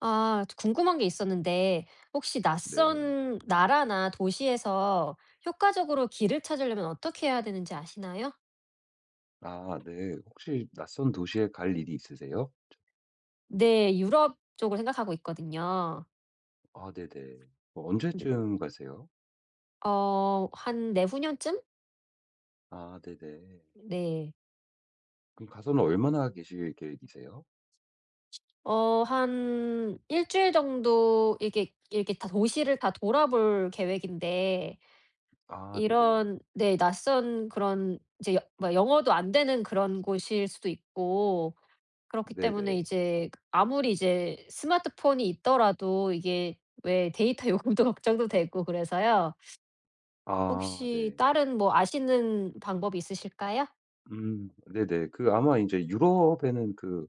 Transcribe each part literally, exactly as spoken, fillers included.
아, 궁금한 게 있었는데, 혹시 네. 낯선 나라나 도시에서 효과적으로 길을 찾으려면 어떻게 해야 되는지 아시나요? 아 네. 혹시 낯선 도시에 갈 일이 있으세요? 네, 유럽 쪽을 생각하고 있거든요. 아 네네. 뭐 근데, 언제쯤 가세요? 어, 한 내후년쯤? 아 네네. 네. 그럼 가서는 얼마나 계실 계획이세요? 어, 한 일주일 정도 이렇게, 이렇게 다 도시를 다 돌아볼 계획인데, 아 네네. 이런, 네, 낯선 그런, 이제 여- 뭐 영어도 안 되는 그런 곳일 수도 있고, 그렇기 때문에 네네. 이제 아무리 이제 스마트폰이 있더라도 이게 왜 데이터 요금도 걱정도 되고 그래서요. 아 혹시 네. 다른 뭐 아시는 방법이 있으실까요? 음 네네. 그 아마 이제 유럽에는 그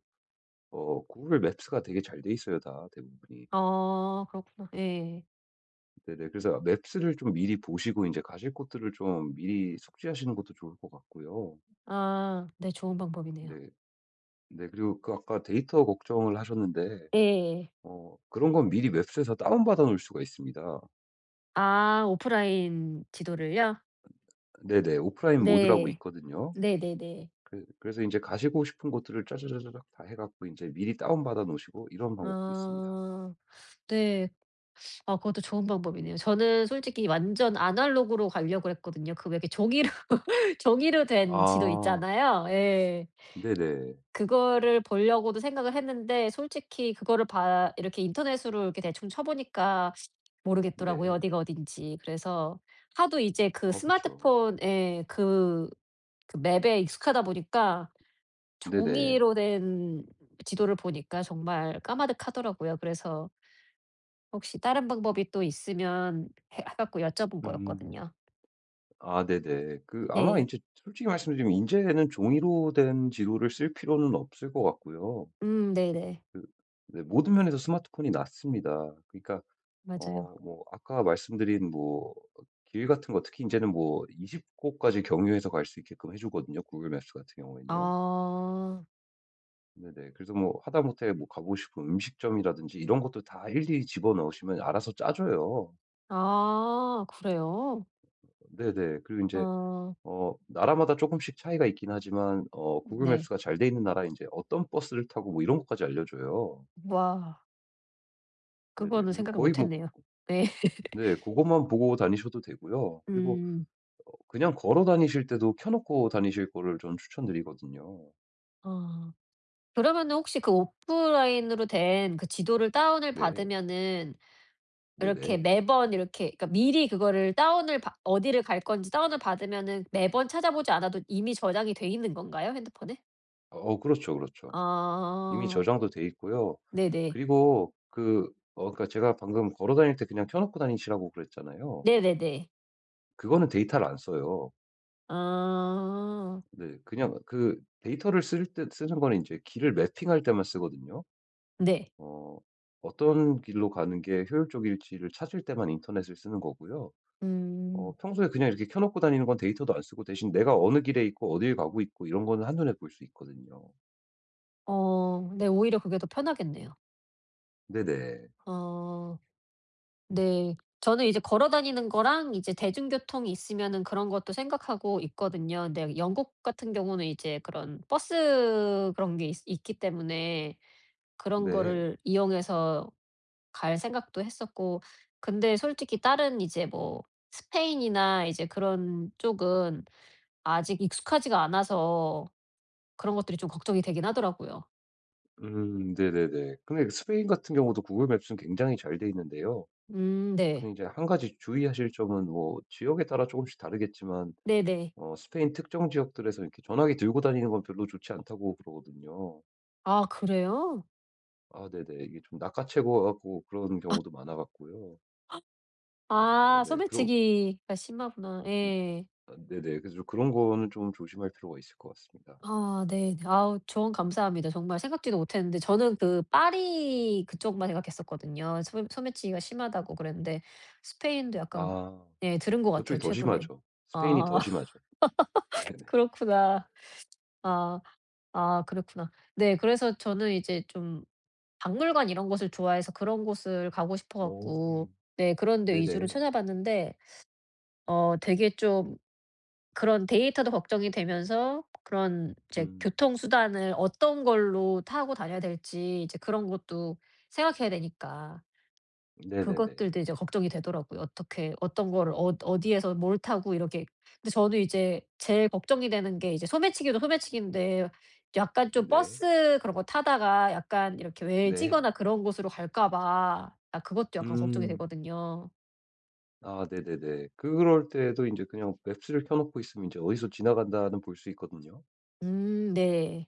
어 구글 맵스가 되게 잘 돼 있어요, 다 대부분이. 어 그렇구나. 예. 네네. 그래서 맵스를 좀 미리 보시고 이제 가실 곳들을 좀 미리 숙지하시는 것도 좋을 것 같고요. 아 네, 좋은 방법이네요. 네. 네, 그리고 그 아까 데이터 걱정을 하셨는데 예. 어 그런 건 미리 웹스에서 다운받아 놓을 수가 있습니다. 아, 오프라인 지도를요? 네네. 오프라인 모드라고 네. 있거든요. 네네네. 그 그래서 이제 가시고 싶은 곳들을 짜자자자작 다 해 갖고 이제 미리 다운받아 놓으시고 이런 방법도 있습니다. 아. 네. 아 그것도 좋은 방법이네요. 저는 솔직히 완전 아날로그로 가려고 했거든요. 그 왜 이렇게 종이로 종이로 된 지도 아 있잖아요. 예. 네네. 그거를 보려고도 생각을 했는데 솔직히 그거를 봐 이렇게 인터넷으로 이렇게 대충 쳐 보니까 모르겠더라고요, 네. 어디가 어딘지. 그래서 하도 이제 그 아 그쵸. 스마트폰에 그 그 맵에 익숙하다 보니까 네네. 종이로 된 지도를 보니까 정말 까마득하더라고요. 그래서 혹시 다른 방법이 또 있으면 해 갖고 여쭤본 음. 거였거든요. 아 네네. 그 아마 이 네. 제 솔직히 말씀드리면 이제는 종이로 된 지도를 쓸 필요는 없을 것 같고요. 음 네네. 그 네, 모든 면에서 스마트폰이 낫습니다. 그러니까 맞아요. 어 뭐 아까 말씀드린 뭐 길 같은 거 특히 이제는 뭐 스무 곳까지 경유해서 갈 수 있게끔 해 주거든요, 구글 맵스 같은 경우에는요. 아. 네네. 그래서 뭐 하다못해 뭐 가보고 싶은 음식점이라든지 이런 것도 다 일일이 집어넣으시면 알아서 짜 줘요. 아 그래요? 네네. 그리고 이제 어 어 나라마다 조금씩 차이가 있긴 하지만 어 구글 네. 맵스가 잘 돼 있는 나라에 제 어떤 버스를 타고 뭐 이런 것까지 알려 줘요. 와, 네네. 그거는 그래서 생각을 거의 못 뭐 했네요. 네. 네그것만 보고 다니셔도 되고요. 그리고 음. 어 그냥 걸어 다니실 때도 켜 놓고 다니실 거를 저는 추천드리거든요. 아. 그러면은 혹시 그 오프라인으로 된 그 지도를 다운을 네. 받으면은 이렇게 네네. 매번 이렇게 그러니까 미리 그거를 다운을 받 어디를 갈 건지 다운을 받으면은 매번 찾아보지 않아도 이미 저장이 돼 있는 건가요? 핸드폰에? 어 그렇죠, 그렇죠. 이미 아. 저장도 돼 있고요. 네네. 그리고 그 어 그러니까 제가 방금 걸어 다닐 때 그냥 켜 놓고 다니시라고 그랬잖아요. 네네네. 그거는 데이터를 안 써요. 아. 네. 그냥 그 데이터를 쓸 때 쓰는 거는 이제 길을 매핑할 때만 쓰거든요. 네. 어 어떤 길로 가는 게 효율적일지를 찾을 때만 인터넷을 쓰는 거고요. 음. 어 평소에 그냥 이렇게 켜 놓고 다니는 건 데이터도 안 쓰고, 대신 내가 어느 길에 있고 어딜 가고 있고 이런 거는 한눈에 볼 수 있거든요. 어 네, 오히려 그게 더 편하겠네요. 네네. 어 네. 저는 이제 걸어 다니는 거랑 이제 대중교통이 있으면은 그런 것도 생각하고 있거든요. 근데 영국 같은 경우는 이제 그런 버스 그런 게 있 있기 때문에 그런 네. 거를 이용해서 갈 생각도 했었고, 근데 솔직히 다른 이제 뭐 스페인이나 이제 그런 쪽은 아직 익숙하지가 않아서 그런 것들이 좀 걱정이 되긴 하더라고요. 음 네네네. 근데 그 스페인 같은 경우도 구글 맵스는 굉장히 잘 돼 있는데요. 음 네. 근데 이제 한 가지 주의하실 점은 뭐 지역에 따라 조금씩 다르겠지만 네네. 어 스페인 특정 지역들에서 이렇게 전화기 들고 다니는 건 별로 좋지 않다고 그러거든요. 아 그래요? 아 네네. 이게 좀 낚아채고 와 갖고 그런 경우도 많아 갖고요. 어 아, 네. 그러 소매치기가 심하구나. 음 예. 아 네네. 그래서 그런 거는 좀 조심할 필요가 있을 것 같습니다. 아 네. 아우, 조언 감사합니다. 정말 생각지도 못했는데 저는 그 파리 그쪽만 생각했었거든요. 소매 소매치기가 심하다고 그랬는데 스페인도 약간 아, 예 들은 것 그쪽이 같아요 더 최근에. 심하죠. 스페인이 아 더 심하죠. 네네. 그렇구나. 아. 아 그렇구나. 네 그래서 저는 이제 좀 박물관 이런 곳을 좋아해서 그런 곳을 가고 싶어 갖고 오. 네 그런 데 위주로 네네. 찾아봤는데 어 되게 좀 그런 데이터도 걱정이 되면서 그런 이제 음. 교통수단을 어떤 걸로 타고 다녀야 될지 이제 그런 것도 생각해야 되니까. 네네네. 그것들도 이제 걱정이 되더라고요. 어떻게 어떤 거를 어 어디에서 뭘 타고 이렇게, 근데 저도 이제 제일 걱정이 되는 게 이제 소매치기도 소매치기인데 약간 좀 네. 버스 그런 거 타다가 약간 이렇게 네. 외지거나 그런 곳으로 갈까 봐 아 그것도 약간 걱정이 음. 되거든요. 아 네네네. 그럴 때도 이제 그냥 맵스를 켜 놓고 있으면 이제 어디서 지나간다는 볼 수 있거든요. 음 네.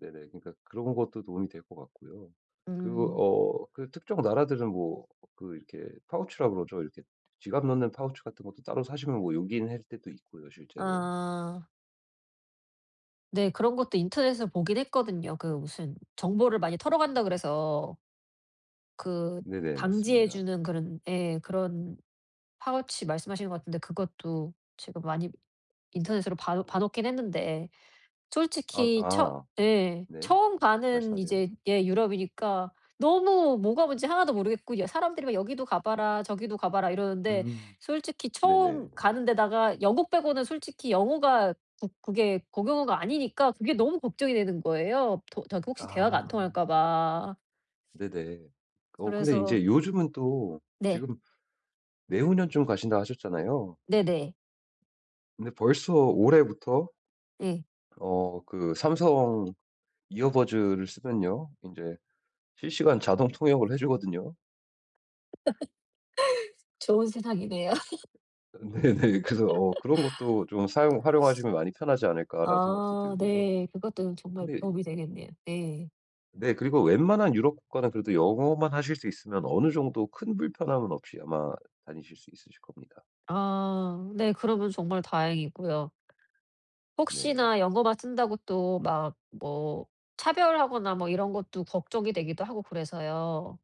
네네. 그러니까 그런 것도 도움이 될 것 같고요. 그리고 음. 어 그 특정 나라들은 뭐 그 이렇게 파우치라 그러죠. 이렇게 지갑 넣는 파우치 같은 것도 따로 사시면 뭐 요긴할 때도 있고요, 실제로. 아. 네 그런 것도 인터넷에서 보긴 했거든요. 그 무슨 정보를 많이 털어간다 그래서 그 네네, 방지해 맞습니다. 주는 그런, 예, 그런 파우치 말씀하시는 것 같은데 그것도 제가 많이 인터넷으로 봐 봐 놓긴 했는데 아 솔직히 처 아 예. 네. 처음 가는 말씀하세요. 이제 예 유럽이니까 너무 뭐가 뭔지 하나도 모르겠고 여 사람들이 막 "여기도 가 봐라. 저기도 가 봐라." 이러는데 음. 솔직히 처음 네네. 가는 데다가 영국 빼고는 솔직히 영어가 국 그게 공용어가 아니니까 그게 너무 걱정이 되는 거예요. 더 저기 혹시 대화가 안 아 통할까 봐. 네네. 어 근데 이 그래서 제 요즘은 또 네. 지금 내후년쯤 가신다 하셨잖아요. 네네. 근데 벌써 올해부터 예. 어 그 삼성 이어버즈를 쓰면요. 이제 실시간 자동 통역을 해 주거든요. 좋은 세상이네요. 네네. 그래서 어 그런 것도 좀 사용 활용하시면 많이 편하지 않을까라는 생각도 아 들고요. 네. 그것도 정말 근데 이- 도움이 되겠네요. 네. 네, 그리고 웬만한 유럽 국가는 그래도 영어만 하실 수 있으면 어느 정도 큰 불편함은 없이 아마 다니실 수 있으실 겁니다. 아 네. 그러면 정말 다행이고요. 네. 혹시나 영어만 쓴다고 또 막 뭐 차별하거나 뭐 이런 것도 걱정이 되기도 하고 그래서요.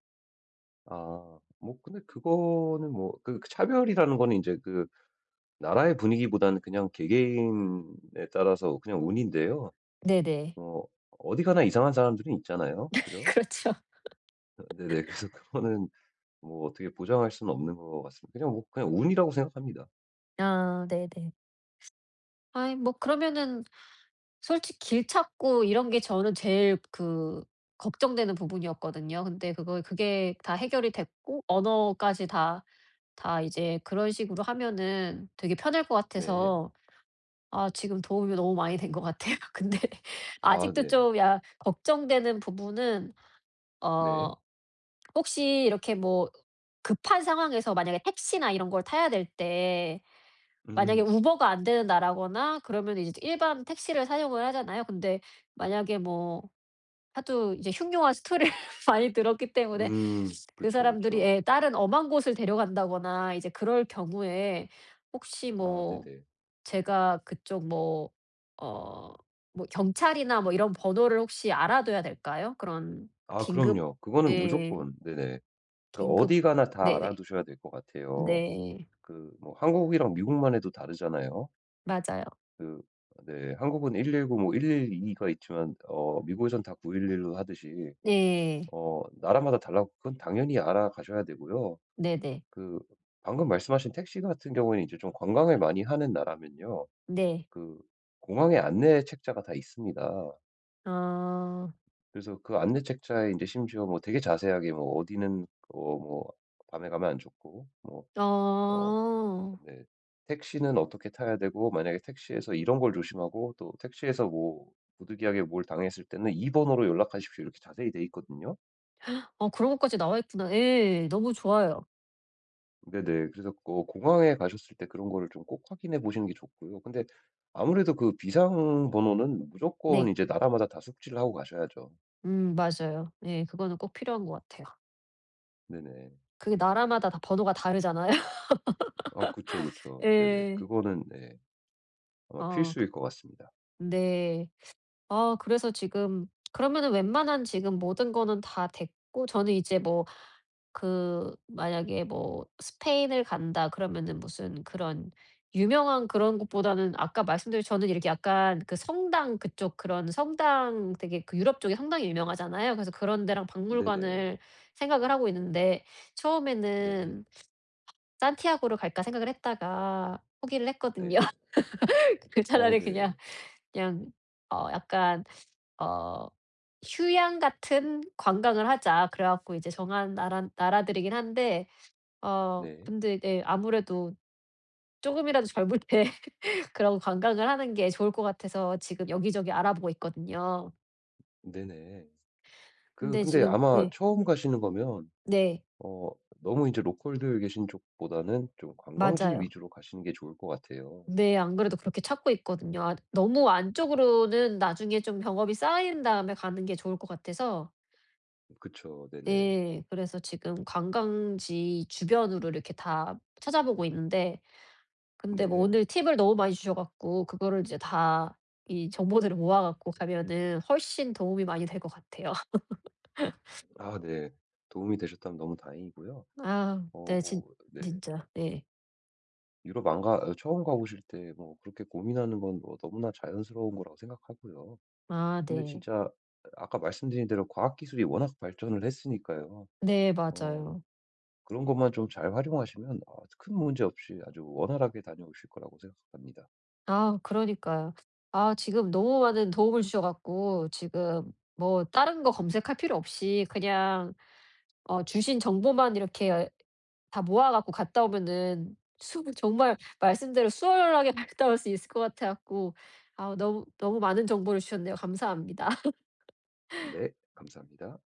아. 뭐 근데 그거는 뭐 그 차별이라는 거는 이제 그 나라의 분위기보다는 그냥 개개인에 따라서 그냥 운인데요. 네네. 어 어디 가나 이상한 사람들은 있잖아요. 그죠? 그렇죠. 네네. 그래서 그거는 뭐 어떻게 보장할 수는 없는 것 같습니다. 그냥 뭐 그냥 운이라고 생각합니다. 아 네네. 아이 뭐 그러면은 솔직히 길 찾고 이런 게 저는 제일 그 걱정되는 부분이었거든요. 근데 그거 그게 다 해결이 됐고 언어까지 다 다 이제 그런 식으로 하면은 되게 편할 것 네. 같아서 아 지금 도움이 너무 많이 된 것 같아요. 근데 아 아직도 네. 좀 야 걱정되는 부분은 네. 어 혹시 이렇게 뭐 급한 상황에서 만약에 택시나 이런 걸 타야 될 때 만약에 음. 우버가 안 되는 나라거나 그러면 이제 일반 택시를 사용을 하잖아요. 근데 만약에 뭐 하도 이제 흉흉한 스토리를 많이 들었기 때문에 음. 그 그쵸, 사람들이 그쵸. 예 다른 엄한 곳을 데려간다거나 이제 그럴 경우에 혹시 아 뭐 네네. 제가 그쪽 뭐 어 뭐 경찰이나 뭐 이런 번호를 혹시 알아둬야 될까요? 그런 아 긴급, 그럼요. 그거는 예. 무조건. 네네. 그러니까 긴급, 어디 가나 다 네네. 알아두셔야 될 것 같아요. 네. 그 뭐 한국이랑 미국만 해도 다르잖아요. 맞아요. 그 네, 한국은 일일구 뭐 일일이가 있지만 어 미국에선 다 구일일로 하듯이 네. 어 나라마다 달라고 그건 당연히 알아가셔야 되고요. 네네. 그 방금 말씀하신 택시 같은 경우에는 이제 좀 관광을 많이 하는 나라면요. 네. 그 공항에 안내 책자가 다 있습니다. 아. 그래서 그 안내 책자에 이제 심지어 뭐 되게 자세하게 뭐 어디는 어 뭐 밤에 가면 안 좋고 뭐어 아. 네. 택시는 어떻게 타야 되고 만약에 택시에서 이런 걸 조심하고 또 택시에서 뭐 부득이하게 뭘 당했을 때는 이 번호로 연락하십시오. 이렇게 자세히 돼 있거든요. 어 그런 것까지 나와 있구나. 예. 너무 좋아요. 네네. 그래서 그 공항에 가셨을 때 그런 거를 좀 꼭 확인해 보시는 게 좋고요. 근데 아무래도 그 비상 번호는 무조건 네. 이제 나라마다 다 숙지를 하고 가셔야죠. 음 맞아요. 예. 그거는 꼭 필요한 것 같아요. 네네. 그게 나라마다 다 번호가 다르잖아요. 아 그쵸, 그쵸. 네네. 예. 그거는 네 아마 아 그 필수일 것 같습니다. 네. 아 그래서 지금 그러면은 웬만한 지금 모든 거는 다 됐고 저는 이제 뭐 그 만약에 뭐 스페인을 간다 그러면은 무슨 그런 유명한 그런 곳보다는 아까 말씀드린 저는 이렇게 약간 그 성당 그쪽 그런 성당 되게 그 유럽 쪽에 성당이 유명하잖아요. 그래서 그런 데랑 네네. 박물관을 생각을 하고 있는데 네. 처음에는 산티아고를 갈까 생각을 했다가 포기를 했거든요. 네. 그 어 차라리 네. 그냥 그냥 어 약간 어 휴양 같은 관광을 하자. 그래 갖고 이제 정한 나라 나라들이긴 한데 어 네. 근데 이제 아무래도 조금이라도 젊을 때 그런 관광을 하는 게 좋을 것 같아서 지금 여기저기 알아보고 있거든요. 네네. 그 근데 근데 지금 아마 예. 처음 가시는 거면 네. 어 너무 이제 로컬들 계신 쪽보다는 좀 관광지 맞아요. 위주로 가시는 게 좋을 것 같아요. 네. 안 그래도 그렇게 찾고 있거든요. 아 너무 안쪽으로는 나중에 좀 경험이 쌓인 다음에 가는 게 좋을 것 같아서 그쵸. 네네. 예. 그래서 지금 관광지 주변으로 이렇게 다 찾아보고 있는데 근데 뭐 네. 오늘 팁을 너무 많이 주셔 갖고 그거를 이제 다 이 정보들을 모아 갖고 가면은 훨씬 도움이 많이 될 것 같아요. 아 네. 도움이 되셨다면 너무 다행이고요. 아 어 네. 진 뭐 네. 진짜. 네. 유럽 안 가 어 처음 가 보실 때 뭐 그렇게 고민하는 건뭐 너무나 자연스러운 거라고 생각하고요. 아 근데 네. 진짜 아까 말씀드린 대로 과학 기술이 워낙 발전을 했으니까요. 네 어 맞아요. 그런 것만 좀 잘 활용하시면, 어, 큰 문제 없이 아주 원활하게 다녀오실 거라고 생각합니다. 아 그러니까요. 아 지금 너무 많은 도움을 주셔 갖고 지금 뭐 다른 거 검색할 필요 없이 그냥 어 주신 정보만 이렇게 다 모아 갖고 갔다 오면은 수 정말 말씀대로 수월하게 갔다 올 수 있을 것 같아 갖고 아 너무 너무 많은 정보를 주셨네요. 감사합니다. 네. 감사합니다.